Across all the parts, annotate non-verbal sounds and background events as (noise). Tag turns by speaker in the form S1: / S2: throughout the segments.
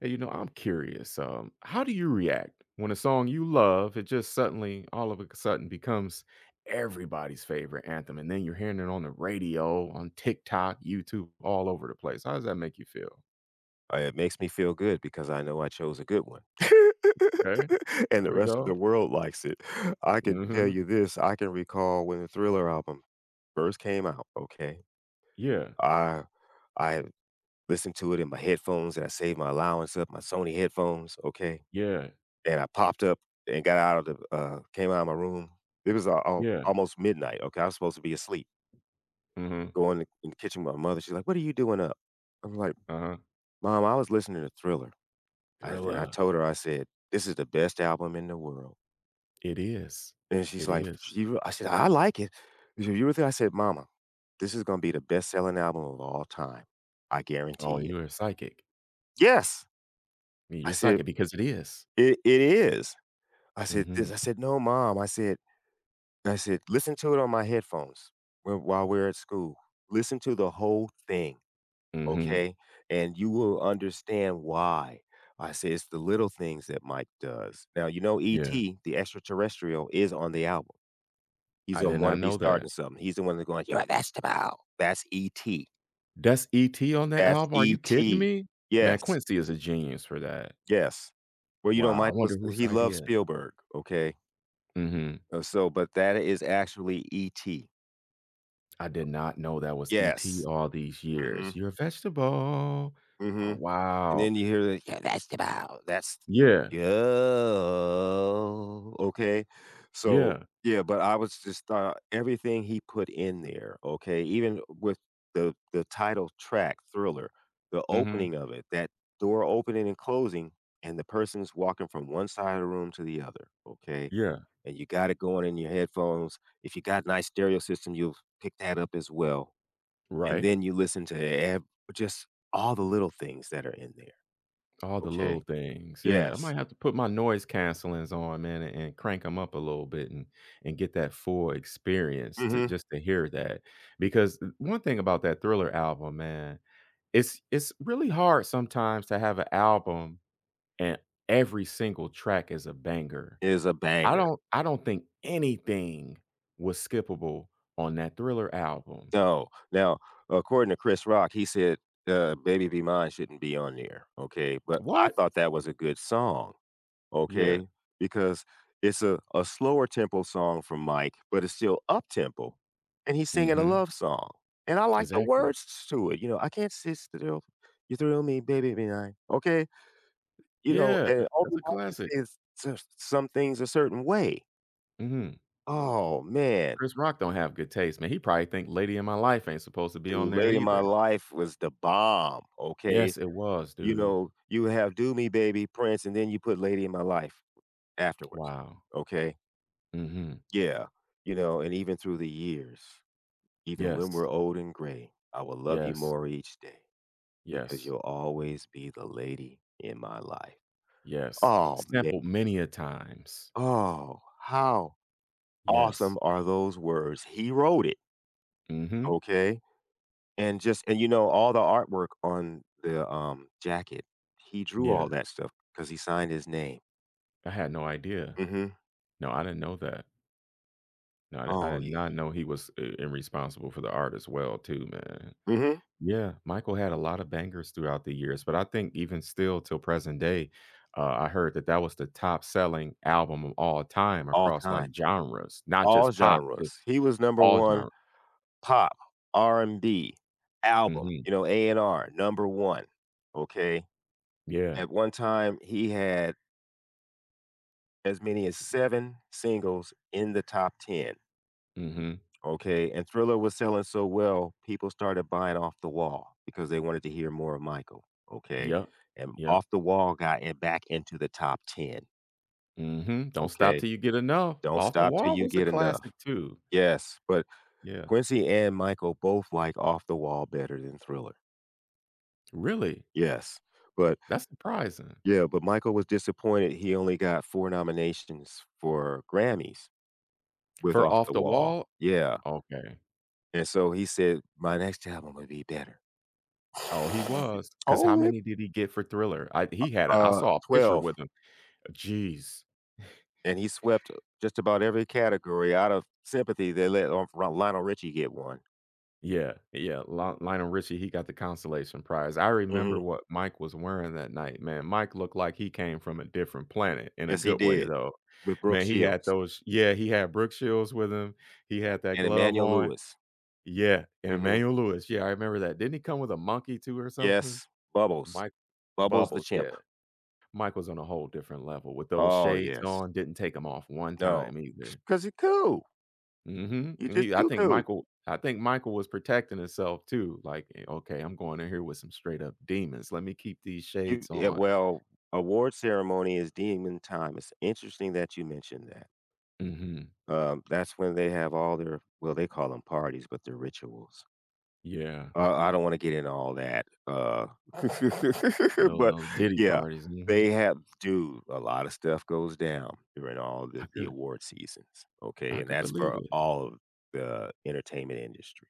S1: Hey, you know, I'm curious. How do you react when a song you love it just suddenly, all of a sudden, becomes everybody's favorite anthem, and then you're hearing it on the radio, on TikTok, YouTube, all over the place? How does that make you feel?
S2: It makes me feel good because I know I chose a good one. (laughs)
S1: Okay,
S2: And
S1: there
S2: the
S1: we
S2: rest of
S1: go.
S2: the world likes it. I can tell
S1: Hmm.
S2: you this, I can recall when the Thriller album first came out, okay?
S1: Yeah,
S2: I I listened to it in my headphones and I saved my allowance up, my Sony headphones, okay?
S1: yeah,
S2: And I popped up and got out of the came out of my room. It was al al
S1: yeah.
S2: almost midnight, okay? I was supposed to be asleep.
S1: Hmm.
S2: Going in the kitchen with my mother. She's like, "What are you doing up?" I'm like,
S1: Uh huh.
S2: "Mom, I was listening to Thriller." I and I
S1: Thriller.
S2: told her, I said, "This is the best album in the world."
S1: It is.
S2: And she's
S1: It
S2: like,
S1: is.
S2: "You I said, "I like it." She said, "You were really" I said, "Mama, this is gonna be the best selling album of all time. I
S1: Oh,
S2: guarantee it."
S1: you're a psychic.
S2: "Yes." I
S1: You're a
S2: said,
S1: psychic because it is.
S2: "It is." I said,
S1: Mm-hmm.
S2: "This" I said, "No, mom." I said, "Listen to it on my headphones wh while we're at school. Listen to the whole thing."
S1: Mm-hmm.
S2: Okay? And you will understand why. I say it's the little things that Mike does. Now, you know,
S1: Yeah,
S2: E.T., the extraterrestrial, is on the album. He's
S1: I
S2: the
S1: did
S2: want
S1: not
S2: to be
S1: know
S2: starting
S1: that.
S2: something. He's the one that's going, You're a vegetable. That's E.T.
S1: That's E.T. on that
S2: That's
S1: album? Are you kidding
S2: E.T.
S1: me? Man,
S2: Yes.
S1: Quincy is a genius for that.
S2: Yes. Well, you know,
S1: Wow, I
S2: Mike
S1: wonder
S2: was
S1: whose
S2: he loves
S1: idea.
S2: Spielberg, okay?
S1: Mhm.
S2: So, but that is actually E.T.
S1: I did not know that was E.T.
S2: Yes.
S1: all these
S2: Mm hmm.
S1: years. "You're a vegetable."
S2: Mm
S1: Oh,
S2: hmm. And
S1: wow.
S2: then you hear the, "Yeah, that's the bow. That's
S1: Yeah,
S2: yo." Okay. So,
S1: yeah,
S2: yeah, but I was just everything he put in there, okay? Even with the title track, Thriller, the
S1: mhm,
S2: opening of it, that door opening and closing and the person's walking from one side of the room to the other, okay?
S1: yeah,
S2: And you got it going in your headphones. If you got a nice stereo system, you'll pick that up as well. And
S1: right.
S2: then you listen to just all the little things that are in there.
S1: All the little
S2: Okay.
S1: things, yeah. I
S2: Yes.
S1: might have to put my noise cancelings on, man, and crank them up a little bit and get that full experience to
S2: Mhm.
S1: just to hear that, because, one thing about that Thriller album, man, it's really hard sometimes to have an album and every single track is a banger.
S2: Is a
S1: I
S2: banger.
S1: don't I don't think anything was skippable on that Thriller album.
S2: No. Now, according to Chris Rock, he said, "Baby Be Mine" shouldn't be on there, okay? But I
S1: What?
S2: thought that was a good song,
S1: Yeah.
S2: okay? Because it's a slower tempo song from Mike, but it's still up-tempo, and he's singing a
S1: Mhm.
S2: love song, and I like the
S1: Exactly.
S2: words to it, you know, "I can't sit still, you thrill me, baby be mine," okay? You know,
S1: Yeah,
S2: and
S1: that's
S2: only
S1: a
S2: Mike can
S1: classic.
S2: say s s some things a certain way.
S1: Mhm.
S2: Oh, man.
S1: Chris Rock don't have good taste, man. He probably think "Lady in My Life" ain't supposed to be on
S2: Dude,
S1: there
S2: Late in My
S1: either.
S2: Life was the bomb, okay?
S1: Yes, it was,
S2: You
S1: dude.
S2: know, you have Do Me Baby, Prince, and then you put Lady in My Life afterwards,
S1: Wow.
S2: okay?
S1: Mhm.
S2: Yeah, you know, and even through the years, even when we're
S1: Yes.
S2: old and gray, I will love you
S1: Yes.
S2: more each day because
S1: Yes.
S2: you'll always be the lady in my life.
S1: Yes.
S2: Oh, man.
S1: Sampled many a times.
S2: Oh, how
S1: Yes.
S2: awesome are those words? He wrote it,
S1: Mhm.
S2: okay? And, you know, all the artwork on the, jacket, he drew
S1: Yeah.
S2: all that stuff because he signed his name.
S1: I had no idea.
S2: Mhm.
S1: No, I didn't know that. No, I did I
S2: Oh,
S1: did
S2: yeah.
S1: not know he was I and responsible for the art as well too, man.
S2: Mhm.
S1: Yeah, Michael had a lot of bangers throughout the years, but I think even still till present day, I heard that that was the top selling album of all time
S2: All
S1: across, like,
S2: time,
S1: genres, not
S2: all
S1: just pop, just
S2: genres. He was number
S1: all
S2: 1
S1: genres.
S2: pop, R&B, album,
S1: Mhm.
S2: you know, A&R, number 1, okay?
S1: Yeah.
S2: At one time, he had as many as 7 singles in the top 10.
S1: Mhm.
S2: Okay, and Thriller was selling so well, people started buying Off the Wall because they wanted to hear more of Michael. Okay,
S1: Yep.
S2: and
S1: Yep.
S2: Off the Wall got in back into the top 10.
S1: Mhm. "Don't Stop stop
S2: Okay,
S1: till You Get Enough."
S2: don't
S1: "Off the
S2: stop till
S1: Wall"
S2: you
S1: was a
S2: get
S1: classic
S2: enough.
S1: too.
S2: Yes, but
S1: Yeah.
S2: Quincy and Michael both like Off the Wall better than Thriller.
S1: Really?
S2: Yes, but
S1: That's surprising.
S2: yeah, but Michael was disappointed. He only got four nominations for Grammys with
S1: For
S2: Off
S1: Off
S2: the
S1: the
S2: Wall.
S1: Wall?
S2: Yeah,
S1: Okay.
S2: and so he said, My next album would be better.
S1: Oh, he
S2: (laughs)
S1: was. Cause how
S2: oh,
S1: many did he get for Thriller? I He had a I saw a picture
S2: 12,
S1: with him. Jeez.
S2: and he swept just about every category out of sympathy, they let off Lionel Richie get one.
S1: Yeah, yeah, Lionel Richie, he got the consolation prize. I remember
S2: Mhm.
S1: what Mike was wearing that night, man. Mike looked like he came from a different planet in a
S2: Yes, he
S1: good way,
S2: did
S1: though.
S2: with Brooke
S1: Man, he had
S2: Shields
S1: those yeah, he had Brooke Shields with him. He had that
S2: and
S1: glove
S2: Emmanuel
S1: on.
S2: Lewis.
S1: Yeah, and
S2: Mhm.
S1: Emmanuel Lewis. Yeah, I remember that. Didn't he come with a monkey too or something?
S2: Yes, Bubbles.
S1: Mike.
S2: Bubbles the
S1: Bubbles,
S2: chimp.
S1: yeah. Michael's on a whole different level with those
S2: Oh,
S1: shades
S2: yes.
S1: on, didn't take them off one
S2: No,
S1: time
S2: because
S1: either.
S2: 'Cause you're cool.
S1: Mhm,
S2: You're
S1: and
S2: just
S1: he I
S2: too
S1: think
S2: cool.
S1: Michael I think Michael was protecting himself too, like, "Eh, okay, I'm going in here with some straight up demons. Let me keep these
S2: You
S1: shades
S2: yeah,
S1: on."
S2: well, award ceremony is demon time. It's interesting that you mentioned that.
S1: Mhm,
S2: That's when they have all their well, they call them parties, but they're rituals.
S1: yeah,
S2: I don't wanna get into all that,
S1: and
S2: (laughs) but
S1: those Diddy
S2: yeah,
S1: parties,
S2: they
S1: mhm.
S2: have do a lot of stuff goes down during all the
S1: I
S2: the
S1: could
S2: award seasons, okay,
S1: I
S2: and
S1: could
S2: that's
S1: believe
S2: for
S1: it.
S2: all of the entertainment industry.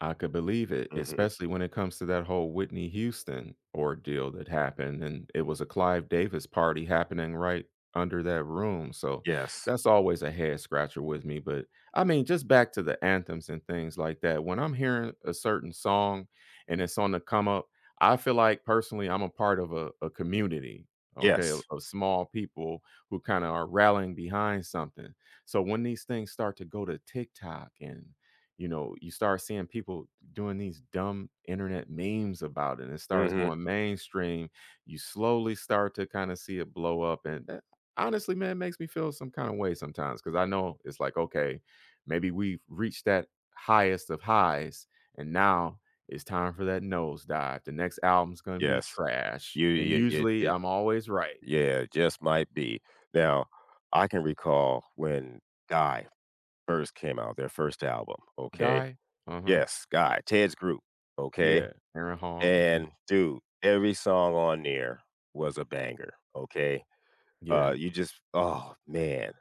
S1: I could believe it,
S2: Mhm.
S1: especially when it comes to that whole Whitney Houston ordeal that happened, and it was a Clive Davis party happening right under that room, so
S2: Yes.
S1: that's always a head scratcher with me, but, I mean, just back to the anthems and things like that, when I'm hearing a certain song and it's on the come up, I feel like personally I'm a part of a community, okay, of
S2: Yes.
S1: of small people who kinda are rallying behind something, so when these things start to go to TikTok and you know, you start seeing people doing these dumb internet memes about it, and it starts
S2: Mhm.
S1: going mainstream. You slowly start to kinda see it blow up, and that honestly, man, makes me feel some kinda way sometimes because I know it's like, okay, maybe we've reached that highest of highs, and now it's time for that nosedive. The next album's gonna be
S2: Yes.
S1: trash, and
S2: You it it
S1: usually
S2: it
S1: I'm always right.
S2: yeah, it just might be. Now, I can recall when Guy first came out, their first album, okay?
S1: Guy? Uh-huh.
S2: Yes, Guy, Ted's group, okay?
S1: Yeah. Aaron Hall, mhm.
S2: And dude, every song on there was a banger, okay?
S1: Yeah.
S2: You just Oh, man.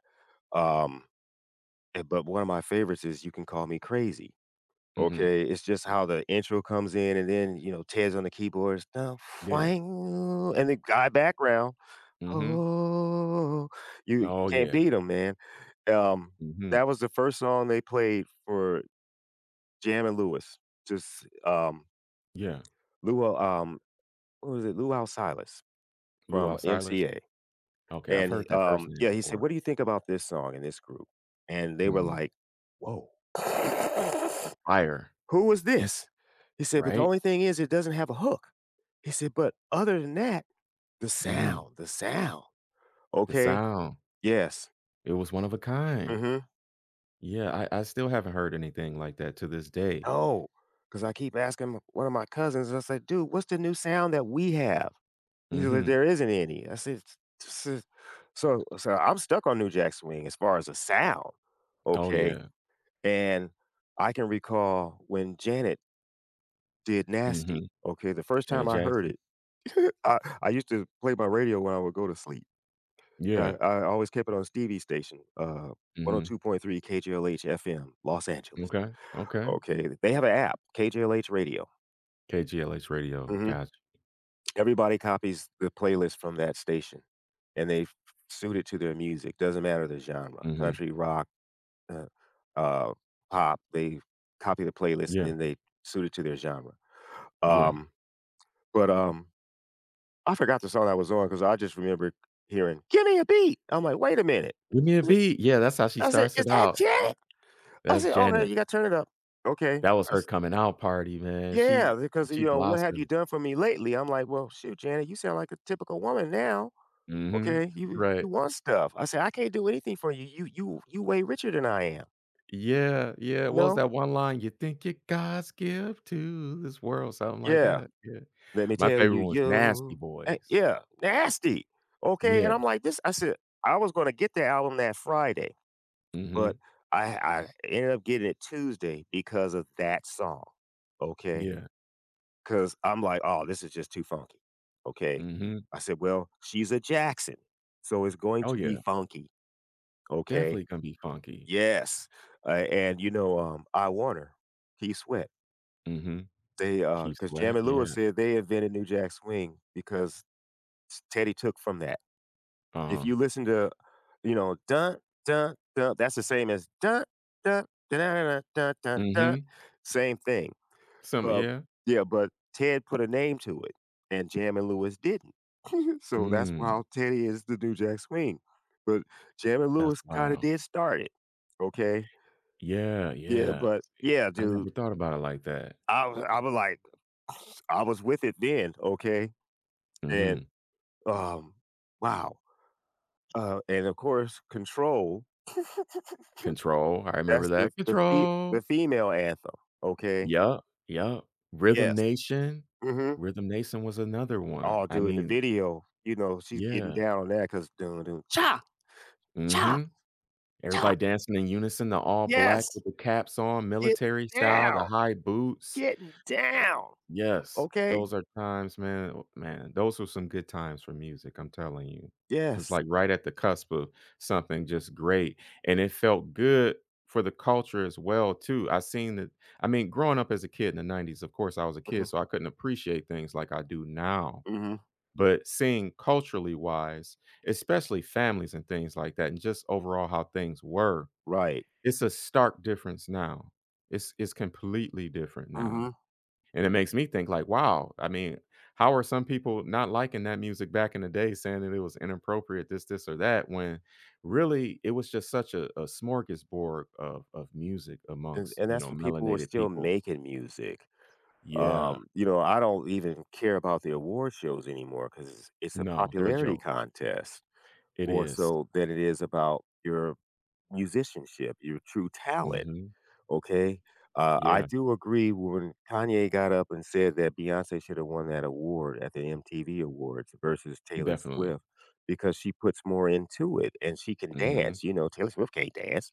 S2: Um, but one of my favorites is "You Can Call Me Crazy,"
S1: Mhm.
S2: okay? It's just how the intro comes in and then, you know, Ted's on the keyboards, "Dun,
S1: Yeah.
S2: fwang," and the guy background,
S1: Mhm.
S2: "Oh," you
S1: Oh,
S2: can't
S1: yeah.
S2: beat him, man. Um,
S1: Mhm.
S2: that was the first song they played for Jam& and Lewis, just,
S1: Yeah,
S2: Lew what was it? Lou Al Silas
S1: Lou
S2: from
S1: Alcilus?
S2: MCA.
S1: Okay, I've
S2: And he,
S1: heard that first
S2: um,
S1: name
S2: yeah, he said,
S1: before.
S2: "What do you think about this song and this group?" And they were
S1: Mhm.
S2: like, "Whoa,
S1: Fire.
S2: who is
S1: Yes.
S2: this?" He said, "But the
S1: Right?
S2: only thing is, it doesn't have a hook." He said, "But other than that,
S1: Mhm.
S2: the sound,
S1: The
S2: okay,
S1: sound.
S2: yes,
S1: It was one of a kind.
S2: mm-hmm,
S1: Yeah, I still haven't heard anything like that to this day.
S2: oh." Because I keep asking one of my cousins, and I said, "Dude, what's the new sound that we have?" He's like,
S1: Mhm.
S2: "There isn't any." I said, "S- s- "So, I'm stuck on New Jack Swing as far as the sound,
S1: Oh,
S2: okay."
S1: yeah.
S2: And I can recall when Janet did "Nasty,"
S1: Mhm.
S2: okay, the first time
S1: Janet
S2: I heard
S1: Jackson.
S2: it, (laughs) I used to play my radio when I would go to sleep. I
S1: Yeah.
S2: I always kept it on Stevie's station,
S1: Mhm.
S2: 102.3 KJLH FM, Los Angeles.
S1: Okay, okay.
S2: Okay, they have an app, KJLH Radio.
S1: KGLH radio,
S2: Mhm.
S1: gotcha.
S2: Everybody copies the playlist from that station, and they suit it to their music, doesn't matter the genre,
S1: Mhm.
S2: country, rock, uh, uh, pop. They copy the playlist and
S1: Yeah,
S2: then they suit it to their genre.
S1: yeah.
S2: Um, but I forgot the song I was on because I just remember hearing "Give Me a Beat." I'm like, wait a minute.
S1: "Give me a
S2: I said,
S1: beat." Yeah, that's how she
S2: I said,
S1: starts
S2: "Is
S1: it
S2: that
S1: out.
S2: Janet?" I
S1: That's
S2: said, "Okay,
S1: Janet.
S2: you got to turn it up." Okay,
S1: That was her
S2: that's
S1: coming out party, man.
S2: yeah, because
S1: She
S2: you know what have you
S1: blossomed.
S2: done for me lately? I'm like, well, shoot, Janet, you sound like a typical woman now.
S1: Mhm.
S2: Okay,
S1: Right.
S2: you want stuff. I said, I can't do anything for you. You way richer than I am.
S1: Yeah, yeah,
S2: You
S1: what was
S2: know?
S1: that one line? "You think you're God's gift to this world," something like
S2: Yeah.
S1: that, yeah.
S2: Let me
S1: My
S2: tell
S1: favorite
S2: you,
S1: one was Nasty Boys.
S2: nasty. Okay, and
S1: Yeah,
S2: I'm like this. I said I was gonna get the album that Friday, but
S1: mhm,
S2: I ended up getting it Tuesday because of that song. Okay,
S1: yeah,
S2: because I'm like, oh, this is just too funky. Okay,
S1: mhm,
S2: I said, well, she's a Jackson, so it's going
S1: oh,
S2: to be
S1: yeah,
S2: funky. Okay,
S1: definitely gonna be funky,
S2: yes, and you know, I Warner, He Sweat.
S1: mhm,
S2: They,
S1: Keith
S2: because
S1: Sweat,
S2: Jamie Lewis
S1: yeah,
S2: said they invented New Jack Swing because Teddy took from that. If
S1: uh-huh,
S2: you listen to, you know, dun, dun, dun, that's the same as dun, dun, dun da dun, dun, dun.
S1: mhm,
S2: Same thing.
S1: some
S2: Uh,
S1: yeah,
S2: yeah, but Ted put a name to it, and Jam and Lewis didn't. (laughs) So that's why
S1: mm,
S2: Teddy is the new Jack Swing. But Jam and
S1: that's
S2: Lewis kind of
S1: wow.
S2: did start it. Okay.
S1: Yeah,
S2: Yeah,
S1: yeah,
S2: but yeah,
S1: I
S2: dude,
S1: never thought about it like that,
S2: I was like, (sniffs) I was with it then. Okay. And
S1: mhm,
S2: um, wow. And of course, control. (laughs)
S1: Control, I remember
S2: That's the
S1: that,
S2: the fe
S1: "Control."
S2: the female anthem, okay?
S1: Yup, yup. Rhythm
S2: Yes.
S1: Nation.
S2: Mhm.
S1: Rhythm Nation was another one.
S2: Oh,
S1: I
S2: dude, in the
S1: mean
S2: video, you know, she's getting
S1: yeah.
S2: down on that because doing "Cha, cha,
S1: Mhm.
S2: cha."
S1: Everybody dancing in unison, the all black
S2: Yes.
S1: with the caps on,
S2: Get
S1: military style,
S2: down.
S1: the high boots.
S2: Getting down.
S1: Yes.
S2: Okay?
S1: Those are times, man oh, man, those were some good times for music, I'm telling you. It was,
S2: Yes.
S1: like, right at the cusp of something just great, and it felt good for the culture as well, too. I seen that I mean, growing up as a kid in the 90s, of course, I was a
S2: Mhm,
S1: kid, so I couldn't appreciate things like I do now.
S2: mhm.
S1: But seeing culturally wise, especially families and things like that, and just overall how things were,
S2: Right.
S1: it's a stark difference now. It's completely different now.
S2: Mhm.
S1: And it makes me think like, wow, I mean, how are some people not liking that music back in the day, saying that it was inappropriate, this, or that, when really it was just such a smorgasbord of music
S2: And
S1: amongst,
S2: and
S1: you
S2: that's
S1: know,
S2: when people were
S1: melanated
S2: still
S1: people.
S2: making music.
S1: Yeah.
S2: You know, I don't even care about the award shows anymore because it's a
S1: No, they're a
S2: popularity
S1: joke.
S2: contest
S1: It
S2: more
S1: is.
S2: so than it is about your musicianship, your true talent.
S1: Mhm.
S2: Okay. I
S1: Yeah,
S2: do agree when Kanye got up and said that Beyonce should have won that award at the MTV Awards versus Taylor
S1: definitely.
S2: Swift because she puts more into it and she can
S1: Mhm.
S2: dance. You know, Taylor Swift can't dance.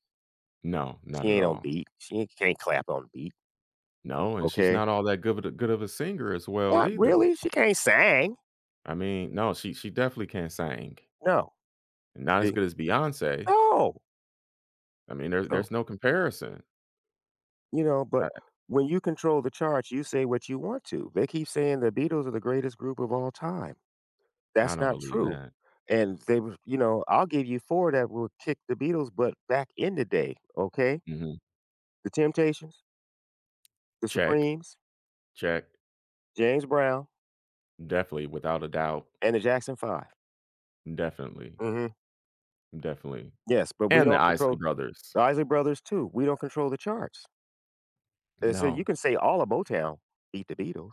S1: No, not
S2: She
S1: at
S2: ain't on
S1: all.
S2: beat. She ain't, can't clap on beat.
S1: No, and she's
S2: Okay.
S1: not all that good of a singer as well
S2: Not
S1: either.
S2: really. She can't sing.
S1: I mean, no, she definitely can't sing.
S2: No.
S1: Not as
S2: See?
S1: good as Beyonce.
S2: No.
S1: I mean, there's
S2: So,
S1: there's no comparison.
S2: you know, but
S1: I
S2: when you control the charts, you say what you want to. They keep saying the Beatles are the greatest group of all time.
S1: I
S2: That's
S1: don't
S2: not
S1: believe
S2: true,
S1: that.
S2: and they were you know, I'll give you 4 that will kick the Beatles. But back in the day, okay?
S1: Mhm.
S2: The Temptations, The
S1: Check.
S2: Supremes,
S1: Check.
S2: James Brown,
S1: Definitely, without a doubt.
S2: and the Jackson 5.
S1: Definitely.
S2: Mhm.
S1: Definitely.
S2: Yes, but we
S1: And the
S2: don't
S1: Isley
S2: control
S1: Brothers.
S2: the Isley Brothers too, we don't control the charts, and so you
S1: No.
S2: can say all of Motown beat the Beatles.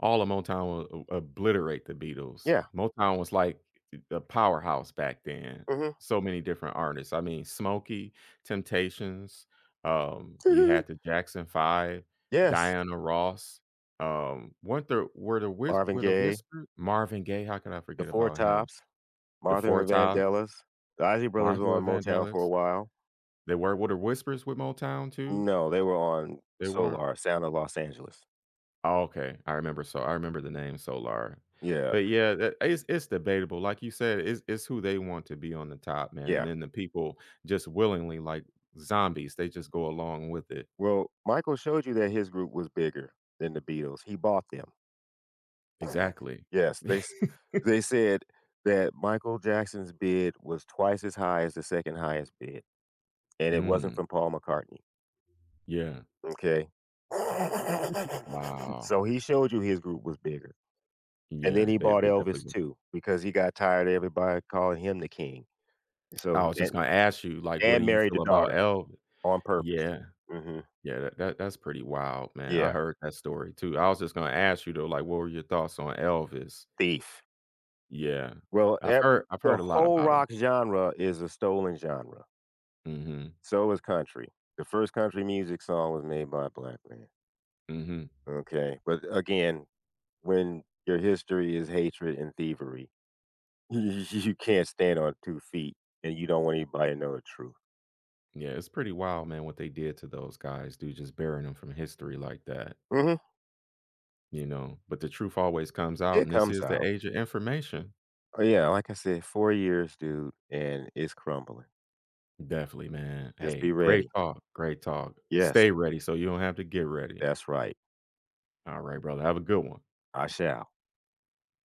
S1: All of Motown will o obliterate the Beatles.
S2: Yeah,
S1: Motown was like a powerhouse back then.
S2: mhm.
S1: So many different artists. I mean, Smokey, Temptations, you had
S2: (laughs)
S1: the Jackson 5,
S2: Yes,
S1: Diana Ross, weren't the
S2: Marvin
S1: were the
S2: Gaye,
S1: Whispers Marvin Gaye, how could I
S2: the
S1: forget
S2: Four
S1: about him?
S2: Tops,
S1: The
S2: Martha and
S1: Four
S2: the
S1: Tops,
S2: Vandellas. The Isley Brothers
S1: Martha
S2: were on Motown for a
S1: Vandellis.
S2: while.
S1: They were the Whispers with Motown too?
S2: No, they were on
S1: They weren't?
S2: Solar, Sound of Los Angeles.
S1: Oh, okay. I remember the name Solar.
S2: Yeah,
S1: But yeah, that it's debatable. Like you said, it's who they want to be on the top, man, and
S2: yeah.
S1: then the people just willingly like zombies, they just go along with it.
S2: Well, Michael showed you that his group was bigger than the Beatles. He bought them. (clears throat) (laughs)
S1: Exactly.
S2: Yes,
S1: (laughs)
S2: they said that Michael Jackson's bid was twice as high as the second highest bid, and it wasn't
S1: Mm,
S2: from Paul McCartney,
S1: yeah.
S2: okay? (laughs)
S1: Wow.
S2: So he showed you his group was bigger, and then
S1: Yeah,
S2: he bought
S1: they
S2: Elvis
S1: definitely
S2: too because he got tired of everybody calling him the king.
S1: I
S2: So
S1: was just
S2: and
S1: gonna ask you, like, what do
S2: and
S1: you
S2: married the
S1: feel about
S2: daughter
S1: Elvis?
S2: on purpose.
S1: Yeah.
S2: Mhm.
S1: Yeah, that's pretty wild, man. I
S2: Yeah,
S1: heard that story too. I was just gonna ask you though, like, what were your thoughts on Elvis?
S2: thief.
S1: Yeah.
S2: Well, ev
S1: I've
S2: the
S1: heard a lot
S2: whole
S1: about him.
S2: rock genre is a stolen genre.
S1: Mhm.
S2: So is country. The first country music song was made by a black man,
S1: Mhm.
S2: okay? But again, when your history is hatred and thievery, (laughs) you can't stand on 2 feet, and you don't want anybody to know the truth.
S1: Yeah, it's pretty wild, man, what they did to those guys, dude, just burying them from history like that,
S2: Mhm.
S1: you know? But the truth always comes out,
S2: It
S1: and this
S2: comes
S1: is the
S2: out.
S1: age of information.
S2: Oh, yeah, like I said, 4 years, dude, and it's crumbling.
S1: Definitely, man.
S2: Just be
S1: Hey, great
S2: ready.
S1: talk, great talk.
S2: Yes,
S1: Stay ready so you don't have to get ready.
S2: that's right.
S1: All right, brother. Have a good one.
S2: I shall.